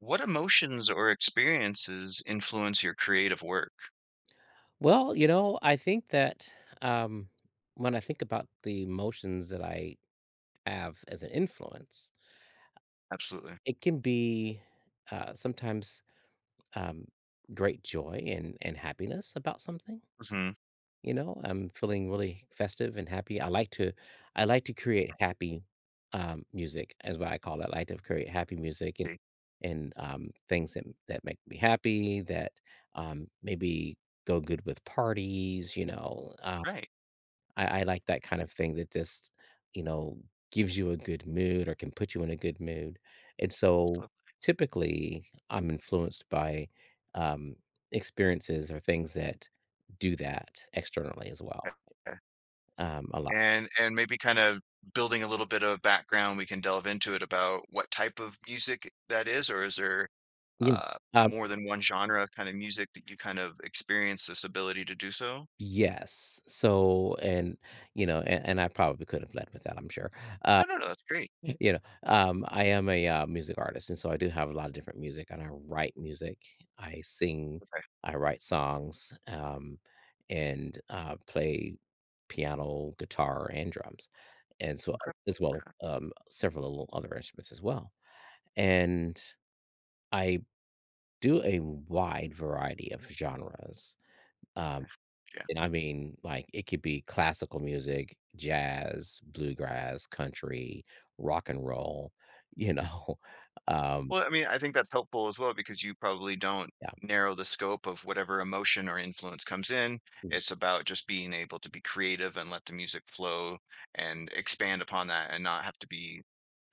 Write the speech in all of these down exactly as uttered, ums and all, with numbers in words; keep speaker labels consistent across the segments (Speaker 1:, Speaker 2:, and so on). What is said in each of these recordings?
Speaker 1: What emotions or experiences influence your creative work?
Speaker 2: Well, you know, I think that um, when I think about the emotions that I have as an influence,
Speaker 1: Absolutely.
Speaker 2: it can be uh, sometimes um, great joy and, and happiness about something.
Speaker 1: Mhm.
Speaker 2: You know, I'm feeling really festive and happy. I like to, I like to create happy um, music, is what I call it. I like to create happy music and and um, things that that make me happy. That um, maybe go good with parties. You know,
Speaker 1: Right.
Speaker 2: I, I like that kind of thing that just, you know, gives you a good mood or can put you in a good mood. And so
Speaker 1: So,
Speaker 2: typically I'm influenced by um, experiences or things that do that externally as well.
Speaker 1: yeah, yeah.
Speaker 2: Um, a lot.
Speaker 1: And and maybe kind of building a little bit of background, we can delve into it about what type of music that is, or is there
Speaker 2: Yeah.
Speaker 1: uh,
Speaker 2: Uh,
Speaker 1: more than one genre of kind of music that you kind of experience this ability to do so?
Speaker 2: yes. So, and, you know, and, and I probably could have led with that, I'm sure. Uh,
Speaker 1: No, no, no, that's great.
Speaker 2: You know, um, I am a, uh, music artist, and so I do have a lot of different music, and I write music, I sing,
Speaker 1: Okay,
Speaker 2: I write songs, um, and, uh, play piano, guitar, and drums, and so
Speaker 1: incredible.
Speaker 2: as well,
Speaker 1: Okay,
Speaker 2: as um, several little other instruments as well, and I do a wide variety of genres, um
Speaker 1: okay. Yeah.
Speaker 2: and I mean, like, it could be classical music, jazz, bluegrass, country, rock and roll, you know? Um,
Speaker 1: Well, I mean, I think that's helpful as well because you probably don't
Speaker 2: yeah.
Speaker 1: narrow the scope of whatever emotion or influence comes in. It's about just being able to be creative and let the music flow and expand upon that and not have to be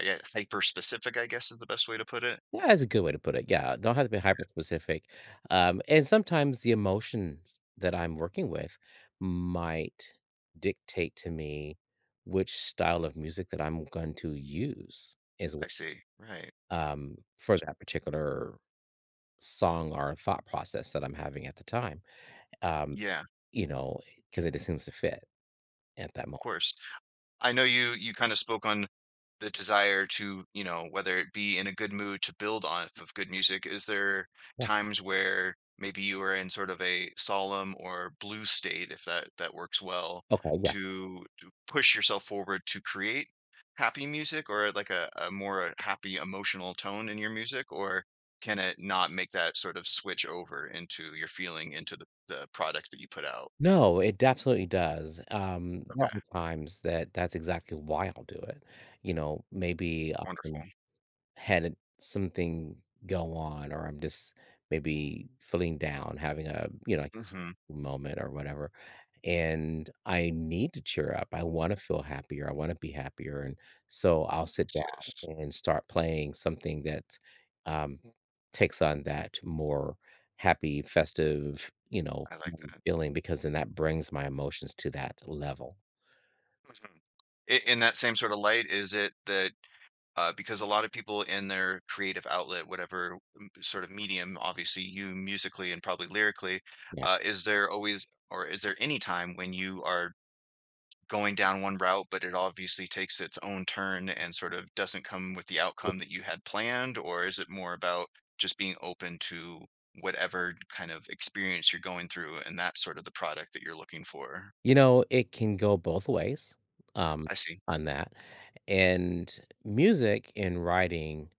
Speaker 1: I get hyper specific, I guess is the best way to put it.
Speaker 2: Yeah, that's a good way to put it. Yeah, don't have to be hyper specific. Um, and sometimes the emotions that I'm working with might dictate to me which style of music that I'm going to use as
Speaker 1: I
Speaker 2: well,
Speaker 1: see. Right.
Speaker 2: um, for that particular song or thought process that I'm having at the time. Um,
Speaker 1: Yeah,
Speaker 2: You know, because it just seems to fit at that
Speaker 1: of
Speaker 2: moment.
Speaker 1: course. I know you you kind of spoke on the desire to, you know, whether it be in a good mood to build off of good music, is there
Speaker 2: Yeah.
Speaker 1: times where maybe you are in sort of a solemn or blue state, if that that works well,
Speaker 2: Okay, yeah.
Speaker 1: to, to push yourself forward to create happy music or like a, a more uh, happy emotional tone in your music, or can it not make that sort of switch over into your feeling into the, the product that you put out?
Speaker 2: No, it absolutely does. Um, there
Speaker 1: Okay,
Speaker 2: are times that that's exactly why I'll do it. You know, maybe I
Speaker 1: wonderful.
Speaker 2: had something go on or I'm just maybe feeling down, having a, you know,
Speaker 1: Hmm.
Speaker 2: moment or whatever, and I need to cheer up. I want to feel happier, I want to be happier, and so I'll sit down
Speaker 1: Cheers.
Speaker 2: and start playing something that um, takes on that more happy, festive, you know,
Speaker 1: I like that.
Speaker 2: feeling, because then that brings my emotions to that level.
Speaker 1: Mhm. I- In that same sort of light, is it that uh, because a lot of people in their creative outlet, whatever m- sort of medium, obviously you musically and probably lyrically,
Speaker 2: Yeah,
Speaker 1: uh, is there always or is there any time when you are going down one route, but it obviously takes its own turn and sort of doesn't come with the outcome that you had planned? Or is it more about just being open to whatever kind of experience you're going through and that's sort of the product that you're looking for?
Speaker 2: you know, it can go both ways, um
Speaker 1: I see.
Speaker 2: on that. And music and writing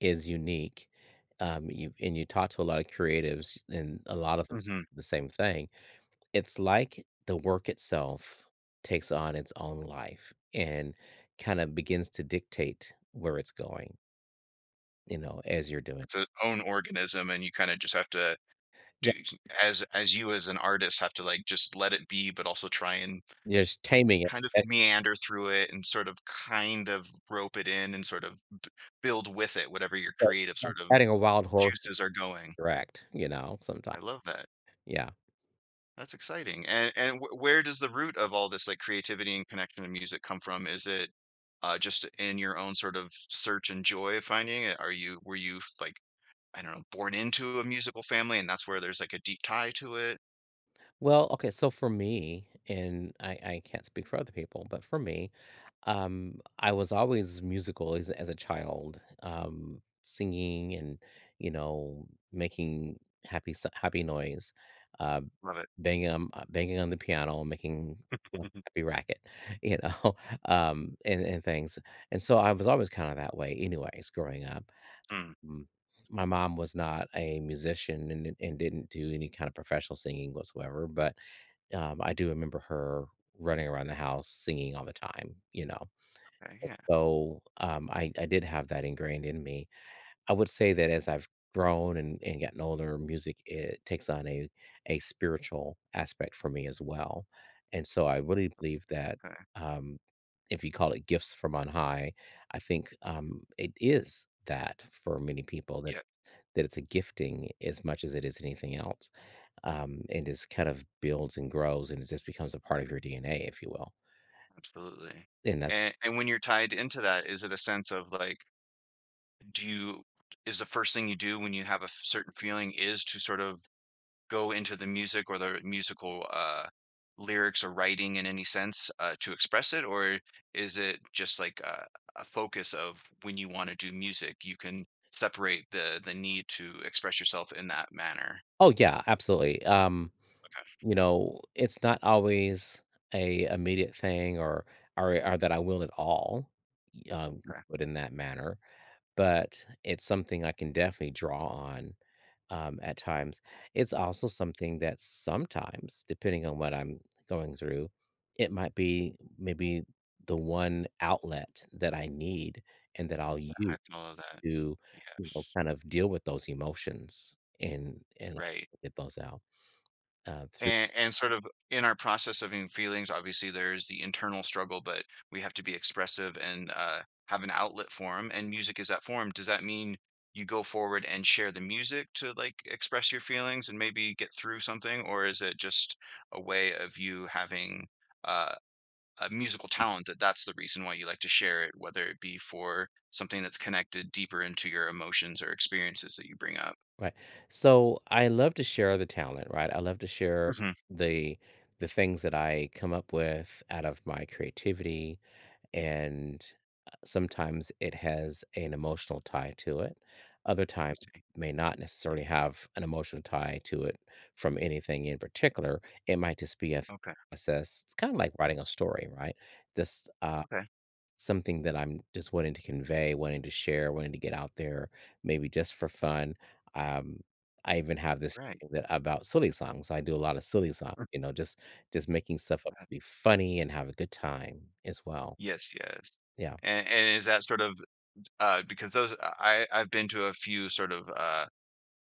Speaker 2: is unique, um, you and you talk to a lot of creatives, and a lot of them
Speaker 1: Hmm.
Speaker 2: the same thing. It's like the work itself takes on its own life and kinda begins to dictate where it's going, you know, as you're doing.
Speaker 1: It's its own organism, and you kinda just have to do as as you as an artist have to, like, just let it be, but also try and
Speaker 2: Yeah, just taming it.
Speaker 1: kind of
Speaker 2: That's
Speaker 1: meander through it and sort of kind of rope it in and sort of b build with it whatever your
Speaker 2: the
Speaker 1: creative sort of
Speaker 2: adding a wild horse
Speaker 1: juices are going.
Speaker 2: direct, you know, sometimes.
Speaker 1: I love that.
Speaker 2: Yeah.
Speaker 1: That's exciting, and and wh where does the root of all this, like, creativity and connection to music come from? Is it, uh, just in your own sort of search and joy of finding it? Are you were you, like, I don't know, born into a musical family, and that's where there's like a deep tie to it.
Speaker 2: Well, okay, so for me, and I I can't speak for other people, but for me, Um, I was always musical as as a child, um, singing and, you know, making happy s happy noise, uh,
Speaker 1: Love it.
Speaker 2: banging on uh, banging on the piano, making a happy racket, you know, um, and and things, and so I was always kinda that way anyways growing up.
Speaker 1: Mm,
Speaker 2: Mm, my mom was not a musician and and didn't do any kind of professional singing whatsoever, but, um, I do remember her running around the house singing all the time, you know?
Speaker 1: okay, yeah,
Speaker 2: So, um, I I did have that ingrained in me. I would say that as I've grown and and gotten older, music, it takes on a a spiritual aspect for me as well, and so I really believe that,
Speaker 1: okay,
Speaker 2: um, if you call it gifts from on high, I think, um, it is that for many people that
Speaker 1: yeah,
Speaker 2: that it's a gifting as much as it is anything else, um, and just kind of builds and grows, and it just becomes a part of your D N A, if you will,
Speaker 1: absolutely.
Speaker 2: and that.
Speaker 1: And and when you're tied into that, is it a sense of like, do you is the first thing you do when you have a f- certain feeling is to sort of go into the music or the musical uh, lyrics or writing in any sense uh, to express it, or is it just like a, a focus of when you want to do music, you can separate the the need to express yourself in that manner?
Speaker 2: Oh, yeah, absolutely, um you know, it's not always a immediate thing or or or that I will at all, um,
Speaker 1: Okay.
Speaker 2: put in that manner, but it's something I can definitely draw on, um, at times. It's also something that sometimes, depending on what I'm going through, it might be maybe the one outlet that I need and that I'll
Speaker 1: Yeah,
Speaker 2: use
Speaker 1: I follow that.
Speaker 2: to, you know,
Speaker 1: Yes.
Speaker 2: kind of deal with those emotions and and
Speaker 1: Right.
Speaker 2: get those out, uh, through.
Speaker 1: And and sort of in our process of in feelings, obviously there's the internal struggle, but we have to be expressive and uh, have an outlet for them. And music is that form. Does that mean you go forward and share the music to like express your feelings and maybe get through something, or is it just a way of you having uh, a musical talent that that's the reason why you like to share it, whether it be for something that's connected deeper into your emotions or experiences that you bring up?
Speaker 2: Right. So I love to share the talent, right? I love to share the the things that I come up with out of my creativity, and uh, sometimes it has an emotional tie to it. Other
Speaker 1: I
Speaker 2: times
Speaker 1: see.
Speaker 2: may not necessarily have an emotional tie to it from anything in particular. It might just be a th-
Speaker 1: Okay.
Speaker 2: process. It's kind of like writing a story, right? Just uh
Speaker 1: Okay.
Speaker 2: something that I'm just wanting to convey, wanting to share, wanting to get out there, maybe just for fun. Um, I even have this
Speaker 1: Right.
Speaker 2: thing that about silly songs. I do a lot of silly songs,
Speaker 1: Mm.
Speaker 2: you know, just just making stuff up
Speaker 1: That-
Speaker 2: to be funny and have a good time as well.
Speaker 1: Yes. Yes.
Speaker 2: Yeah.
Speaker 1: And, and is that sort of uh, because those uh, I I've been to a few sort of uh,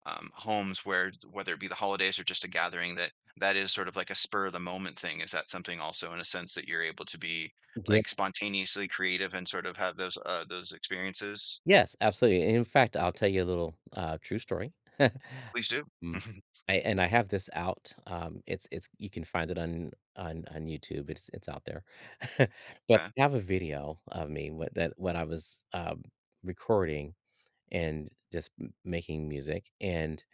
Speaker 1: um, homes where whether it be the holidays or just a gathering that that is sort of like a spur of the moment thing. Is that something also in a sense that you're able to be like spontaneously creative and sort of have those uh, those experiences?
Speaker 2: Yes, absolutely, in fact, I'll tell you a little, uh, true story.
Speaker 1: Please do.
Speaker 2: Mm. I and I have this out, um, it's it's you can find it on on on YouTube, it's it's out there. But
Speaker 1: Okay.
Speaker 2: I have a video of me what that when I was, um, recording and just m making music, and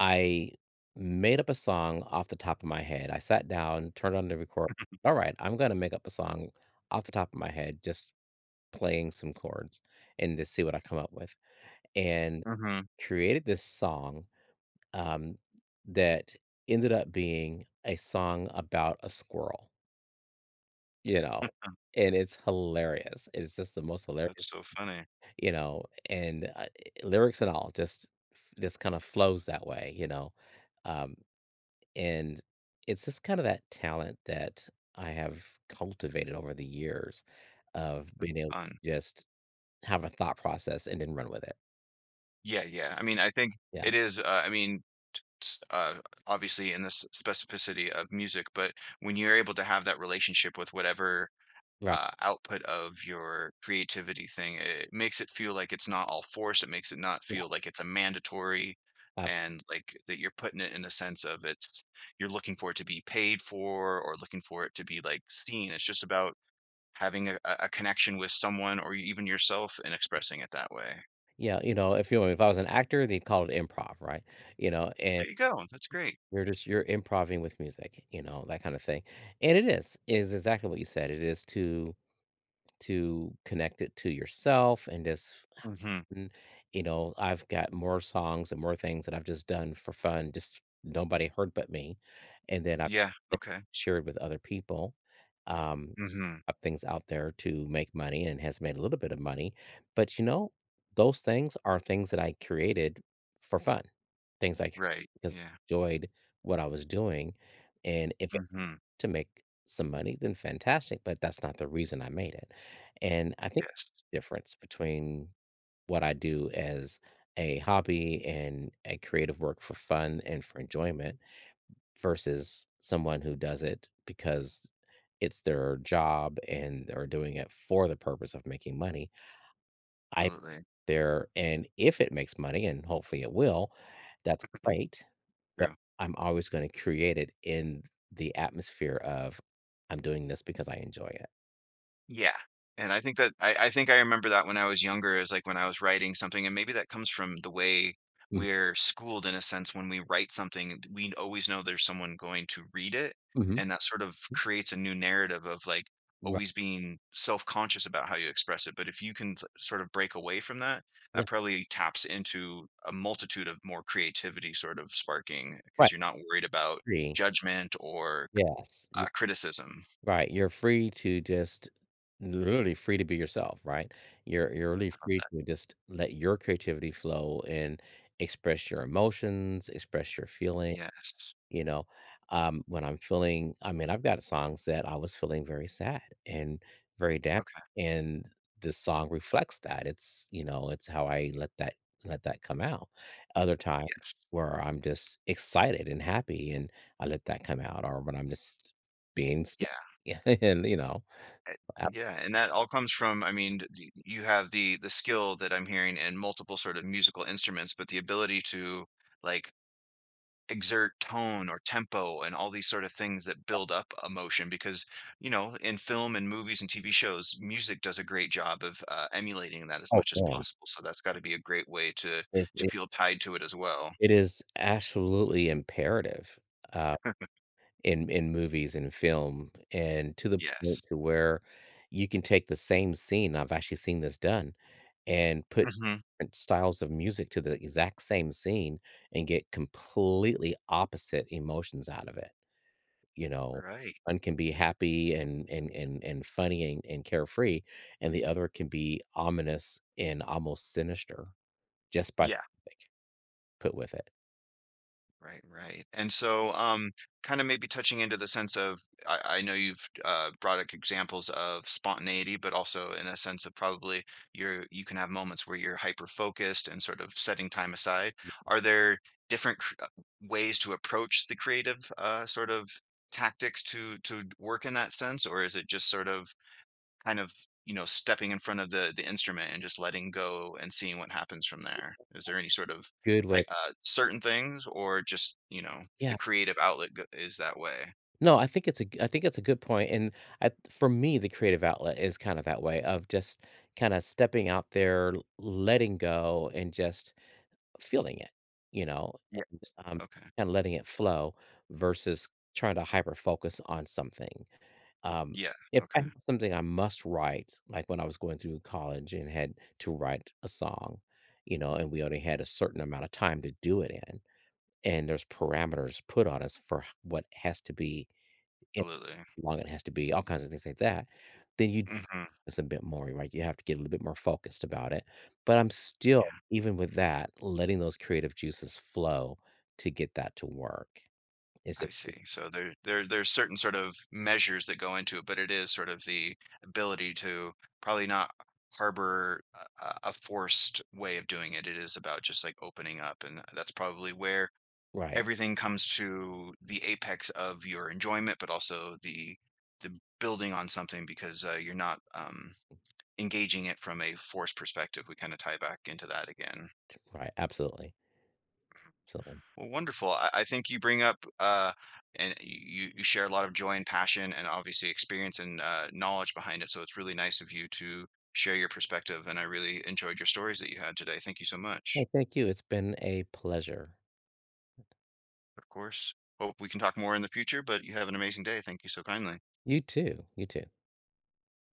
Speaker 2: I made up a song off the top of my head. I sat down, turned on the record, "Alright, I'm gonna make up a song off the top of my head, just playing some chords and to see what I come up with." And
Speaker 1: Hmm.
Speaker 2: created this song um, that ended up being a song about a squirrel, you know, and it's hilarious. It's just the most
Speaker 1: That's
Speaker 2: hilarious,
Speaker 1: so funny.
Speaker 2: you know, and uh, lyrics and all just f- just kind of flows that way, you know, um, and it's just kind of that talent that I have cultivated over the years of being able
Speaker 1: Fun.
Speaker 2: to just have a thought process and then run with it.
Speaker 1: Yeah. Yeah. I mean, I think
Speaker 2: Yeah,
Speaker 1: it is. Uh, I mean, s- uh, obviously in the s- specificity of music, but when you're able to have that relationship with whatever
Speaker 2: right.
Speaker 1: uh, output of your creativity thing, it makes it feel like it's not all forced. It makes it not
Speaker 2: Yeah.
Speaker 1: feel like it's a mandatory and like that you're putting it in a sense of it's you're looking for it to be paid for or looking for it to be like seen. It's just about having a, a a connection with someone or even yourself and expressing it that way.
Speaker 2: Yeah, you know, if you if I was an actor, they'd call it improv, right? You know, and
Speaker 1: There you go. That's great.
Speaker 2: you're just you're improvising with music, you know, that kind of thing. And it is is exactly what you said. It is to to connect it to yourself and just
Speaker 1: Hmm.
Speaker 2: and, you know, I've got more songs and more things that I've just done for fun, just nobody heard but me, and then I've
Speaker 1: Yeah. Okay.
Speaker 2: shared with other people, um,
Speaker 1: Hmm.
Speaker 2: up things out there to make money and has made a little bit of money, but, you know, those things are things that I created for fun, things I c
Speaker 1: Right.
Speaker 2: because I
Speaker 1: Yeah.
Speaker 2: enjoyed what I was doing, and if it
Speaker 1: Mhm.
Speaker 2: to make some money, then fantastic, but that's not the reason I made it, and I think
Speaker 1: Yes,
Speaker 2: difference between what I do as a hobby and a creative work for fun and for enjoyment versus someone who does it because it's their job and are doing it for the purpose of making money. I
Speaker 1: absolutely.
Speaker 2: there and if it makes money, and hopefully it will, that's great, but
Speaker 1: True.
Speaker 2: I'm always going to create it in the atmosphere of I'm doing this because I enjoy it.
Speaker 1: Yeah. And I think that I I think I remember that when I was younger is, like, when I was writing something, and maybe that comes from the way
Speaker 2: Mhm.
Speaker 1: we're schooled in a sense when we write something, we always know there's someone going to read it,
Speaker 2: Mhm.
Speaker 1: and that sort of creates a new narrative of, like,
Speaker 2: Right.
Speaker 1: always being self-conscious about how you express it, but if you can s sort of break away from that, that
Speaker 2: Yeah.
Speaker 1: probably taps into a multitude of more creativity sort of sparking because 'cause
Speaker 2: Right.
Speaker 1: you're not worried about
Speaker 2: Agree.
Speaker 1: judgment or
Speaker 2: Yes.
Speaker 1: Uh, criticism
Speaker 2: Right, you're free to just literally free to be yourself, right? You're you're really
Speaker 1: of
Speaker 2: free
Speaker 1: that.
Speaker 2: to just let your creativity flow and express your emotions, express your feelings.
Speaker 1: Yes.
Speaker 2: You know, um, when I'm feeling I mean, I've got songs that I was feeling very sad and very down,
Speaker 1: Okay.
Speaker 2: and this song reflects that. It's, you know, it's how I let that let that come out. Other times,
Speaker 1: Yes.
Speaker 2: where I'm just excited and happy and I let that come out, or when I'm just being s
Speaker 1: Yeah.
Speaker 2: yeah, and, you know,
Speaker 1: I
Speaker 2: uh,
Speaker 1: Yeah, and that all comes from I mean, the you have the the skill that I'm hearing in multiple sort of musical instruments, but the ability to, like, exert tone or tempo and all these sort of things that build up emotion because, you know, in film and movies and T V shows, music does a great job of, uh, emulating that as
Speaker 2: oh,
Speaker 1: much as
Speaker 2: man,
Speaker 1: possible, so that's gotta be a great way to
Speaker 2: it
Speaker 1: to
Speaker 2: it
Speaker 1: feel tied to it as well.
Speaker 2: it is absolutely imperative, uh in in movies and film, and to the point
Speaker 1: Yes.
Speaker 2: to where you can take the same scene I've actually seen this done and put
Speaker 1: Mhm.
Speaker 2: different styles of music to the exact same scene and get completely opposite emotions out of it, you know?
Speaker 1: Right.
Speaker 2: One can be happy and and and and funny and and carefree, and the other can be ominous and almost sinister just by
Speaker 1: Yeah.
Speaker 2: put with it?
Speaker 1: Right, right. And so, um, kind of maybe touching into the sense of, I, I know you've uh, brought up examples of spontaneity, but also in a sense of probably you're you can have moments where you're hyper focused and sort of setting time aside. Are there different cr- uh, ways to approach the creative uh, sort of tactics to to work in that sense, or is it just sort of kind of, you know, stepping in front of the the instrument and just letting go and seeing what happens from there? Is there any sort of
Speaker 2: Good way,
Speaker 1: hi- uh, certain things, or just you know the
Speaker 2: yeah.
Speaker 1: creative outlet go- is that way?
Speaker 2: No, I think it's a g I think it's a good point, point. And I for me, the creative outlet is kinda that way of just kinda stepping out there, l- letting go, and just feeling it, you know?
Speaker 1: Yeah.
Speaker 2: Um,
Speaker 1: Okay.
Speaker 2: kinda letting it flow versus trying to hyper focus on something. Um,
Speaker 1: Yeah.
Speaker 2: if I
Speaker 1: Okay.
Speaker 2: have something I must write, like when I was going through college and had to write a song, you know, and we only had a certain amount of time to do it in, and there's parameters put on us for h what has to be in,
Speaker 1: Absolutely.
Speaker 2: how long it has to be, all kinds of things like that, then you
Speaker 1: Hmm.
Speaker 2: it's a bit more, right? You have to get a little bit more focused about it, but I'm still,
Speaker 1: Yeah.
Speaker 2: even with that, letting those creative juices flow to get that to work. Is
Speaker 1: I
Speaker 2: it
Speaker 1: see. So there, there, there's certain sort of measures that go into it, but it is sort of the ability to probably not harbor a, a a forced way of doing it. It is about just like opening up, and that's probably where
Speaker 2: right,
Speaker 1: everything comes to the apex of your enjoyment, but also the the building on something because uh, you're not um, engaging it from a force perspective. We kind of tie back into that again.
Speaker 2: right, absolutely, absolutely.
Speaker 1: Well, wonderful. I, I think you bring up uh, and you you share a lot of joy and passion, and obviously experience and uh, knowledge behind it. So it's really nice of you to share your perspective, and I really enjoyed your stories that you had today. Thank you so much.
Speaker 2: Well, thank you, it's been a pleasure.
Speaker 1: Of course. Hope we can talk more in the future, but you have an amazing day. Thank you so kindly.
Speaker 2: You too, you too.